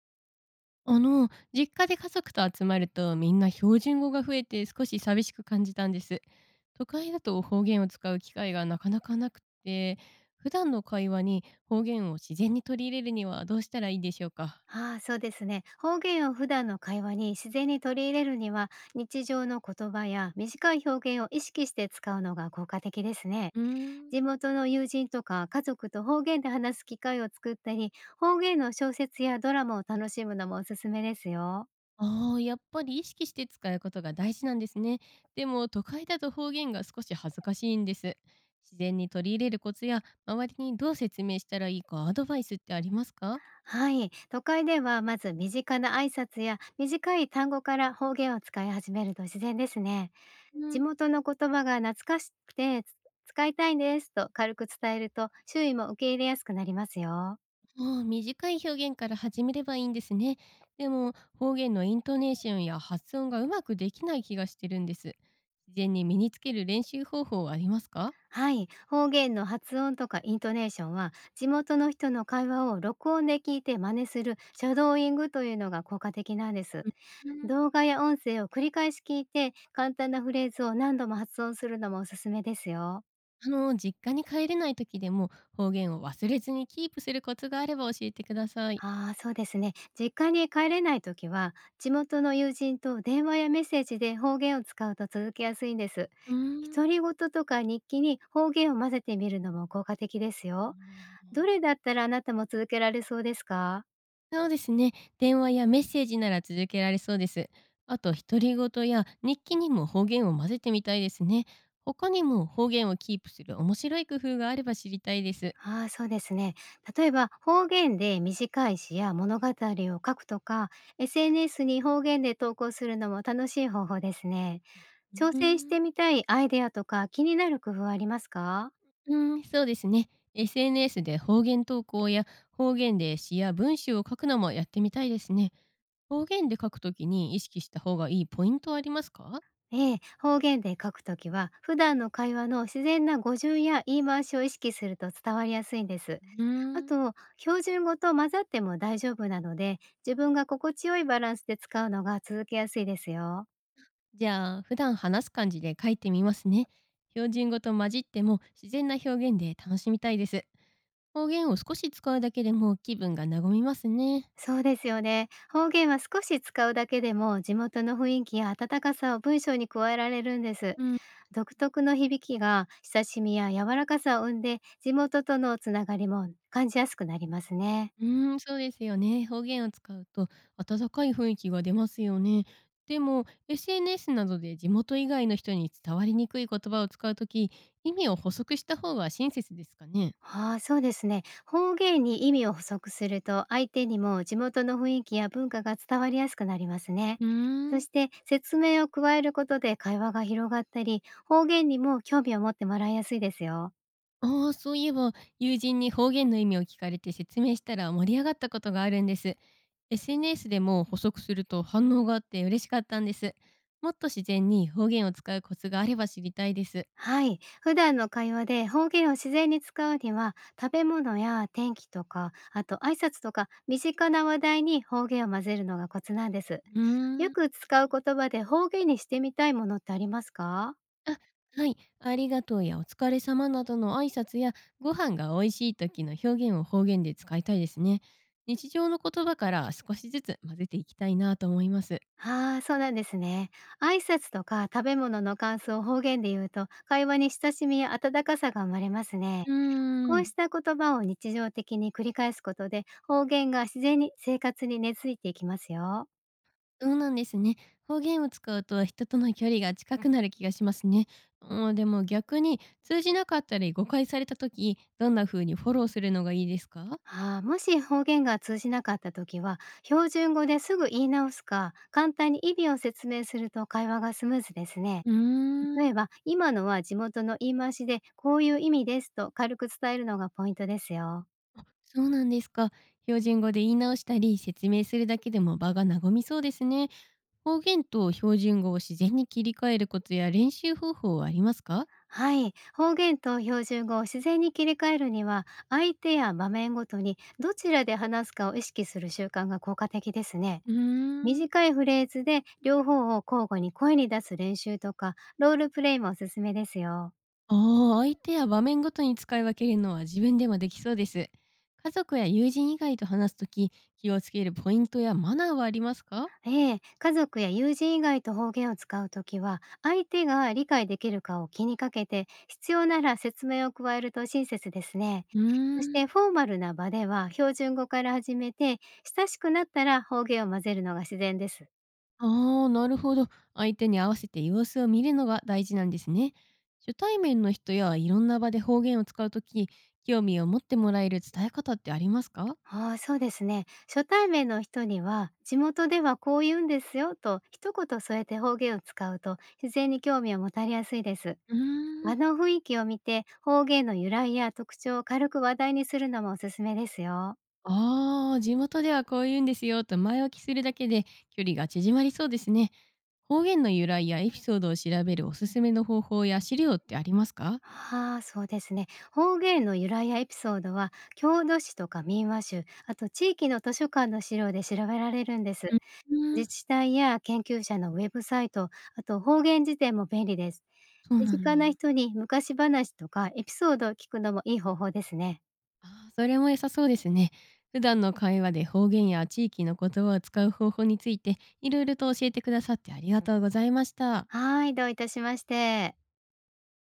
実家で家族と集まるとみんな標準語が増えて少し寂しく感じたんです。都会だと方言を使う機会がなかなかなくて、普段の会話に方言を自然に取り入れるにはどうしたらいいでしょうか？ああ、そうですね。方言を普段の会話に自然に取り入れるには、日常の言葉や短い表現を意識して使うのが効果的ですね。うーん。地元の友人とか家族と方言で話す機会を作ったり、方言の小説やドラマを楽しむのもおすすめですよ。ああ、やっぱり意識して使うことが大事なんですね。でも都会だと方言が少し恥ずかしいんです。自然に取り入れるコツや周りにどう説明したらいいかアドバイスってありますか？はい。都会ではまず身近な挨拶や短い単語から方言を使い始めると自然ですね。地元の言葉が懐かしくて、使いたいんですと軽く伝えると、周囲も受け入れやすくなりますよ。ああ、短い表現から始めればいいんですね。でも方言のイントネーションや発音がうまくできない気がしてるんです。自然に身につける練習方法はありますか？はい、方言の発音とかイントネーションは、地元の人の会話を録音で聞いて真似するシャドーイングというのが効果的なんです。うん。動画や音声を繰り返し聞いて、簡単なフレーズを何度も発音するのもおすすめですよ。実家に帰れない時でも方言を忘れずにキープするコツがあれば教えてください。ああ、そうですね。実家に帰れないときは、地元の友人と電話やメッセージで方言を使うと続けやすいんです。うん。独り言とか日記に方言を混ぜてみるのも効果的ですよ。どれだったらあなたも続けられそうですか？そうですね。電話やメッセージなら続けられそうです。あと、独り言や日記にも方言を混ぜてみたいですね。他にも方言をキープする面白い工夫があれば知りたいです。ああ、そうですね。例えば方言で短い詩や物語を書くとか、SNS に方言で投稿するのも楽しい方法ですね。う挑ー戦してん。みたいアイデアとか気になる工夫はありますか？うーん、そうですね。SNS で方言投稿や方言で詩や文集を書くのもやってみたいですね。方言で書くときに意識した方がいいポイントはありますか？ええ、方言で書くときは、普段の会話の自然な語順や言い回しを意識すると伝わりやすいんです。うーあん。と、標準語と混ざっても大丈夫なので、自分が心地よいバランスで使うのが続けやすいですよ。じゃあ普段話す感じで書いてみますね。標準語と混じっても自然な表現で楽しみたいです。方言を少し使うだけでも気分が和みますね。そうですよね。方言は少し使うだけでも、地元の雰囲気や温かさを文章に加えられるんです。うん。独特の響きが親しみや柔らかさを生んで、地元とのつながりも感じやすくなりますね。うーん、そうですよね。方言を使うと温かい雰囲気が出ますよね。でも SNS などで地元以外の人に伝わりにくい言葉を使うとき、意味を補足した方が親切ですかね。ああ、そうですね。方言に意味を補足すると、相手にも地元の雰囲気や文化が伝わりやすくなりますね。うーそん。して、説明を加えることで会話が広がったり、方言にも興味を持ってもらいやすいですよ。ああ、そういえば、友人に方言の意味を聞かれて説明したら盛り上がったことがあるんです。SNS でも補足すると反応があって嬉しかったんです。もっと自然に方言を使うコツがあれば知りたいです。はい。普段の会話で方言を自然に使うには、食べ物や天気とか、あと挨拶とか、身近な話題に方言を混ぜるのがコツなんです。うーよん。く使う言葉で方言にしてみたいものってありますか？あ、はい。ありがとうやお疲れ様などの挨拶や、ご飯が美味しい時の表現を方言で使いたいですね。日常の言葉から少しずつ混ぜていきたいなと思います。ああ、そうなんですね。挨拶とか食べ物の感想を方言で言うと、会話に親しみや温かさが生まれますね。うこーうん。した言葉を日常的に繰り返すことで、方言が自然に生活に根付いていきますよ。そうなんですね。方言を使うと人との距離が近くなる気がしますね。うん、でも逆に通じなかったり誤解された時、どんな風にフォローするのがいいですか？ああ、もし方言が通じなかった時は、標準語ですぐ言い直すか、簡単に意味を説明すると会話がスムーズですね。うー例えん。ば、今のは地元の言い回しで、こういう意味ですと軽く伝えるのがポイントですよ。そうなんですか。標準語で言い直したり説明するだけでも場が和みそうですね。方言と標準語を自然に切り替えるコツや練習方法はありますか？はい、方言と標準語を自然に切り替えるには、相手や場面ごとにどちらで話すかを意識する習慣が効果的ですね。うーん。短いフレーズで両方を交互に声に出す練習とか、ロールプレイもおすすめですよ。ああ、相手や場面ごとに使い分けるのは自分でもできそうです。家族や友人以外と話すとき、気をつけるポイントやマナーはありますか？ええ、家族や友人以外と方言を使うときは、相手が理解できるかを気にかけて、必要なら説明を加えると親切ですね。うーそしん、てフォーマルな場では標準語から始めて、親しくなったら方言を混ぜるのが自然です。ああ、なるほど。相手に合わせて様子を見るのが大事なんですね。初対面の人やいろんな場で方言を使うとき、興味を持ってもらえる伝え方ってありますか？ああ、そうですね。初対面の人には、地元ではこう言うんですよと一言添えて方言を使うと、自然に興味を持たれやすいです。うー場ん。の雰囲気を見て、方言の由来や特徴を軽く話題にするのもおすすめですよ。ああ、地元ではこう言うんですよと前置きするだけで距離が縮まりそうですね。方言の由来やエピソードを調べるおすすめの方法や資料ってありますか？ああ、そうですね。方言の由来やエピソードは、郷土史とか民話集、あと地域の図書館の資料で調べられるんです。うん。う自ん。治体や研究者のウェブサイト、あと方言辞典も便利です。そう身なんだ。近な人に昔話とかエピソードを聞くのもいい方法ですね。ああ、それも良さそうですね。普段の会話で方言や地域の言葉を使う方法についていろいろと教えてくださってありがとうございました。はい、どういたしまして。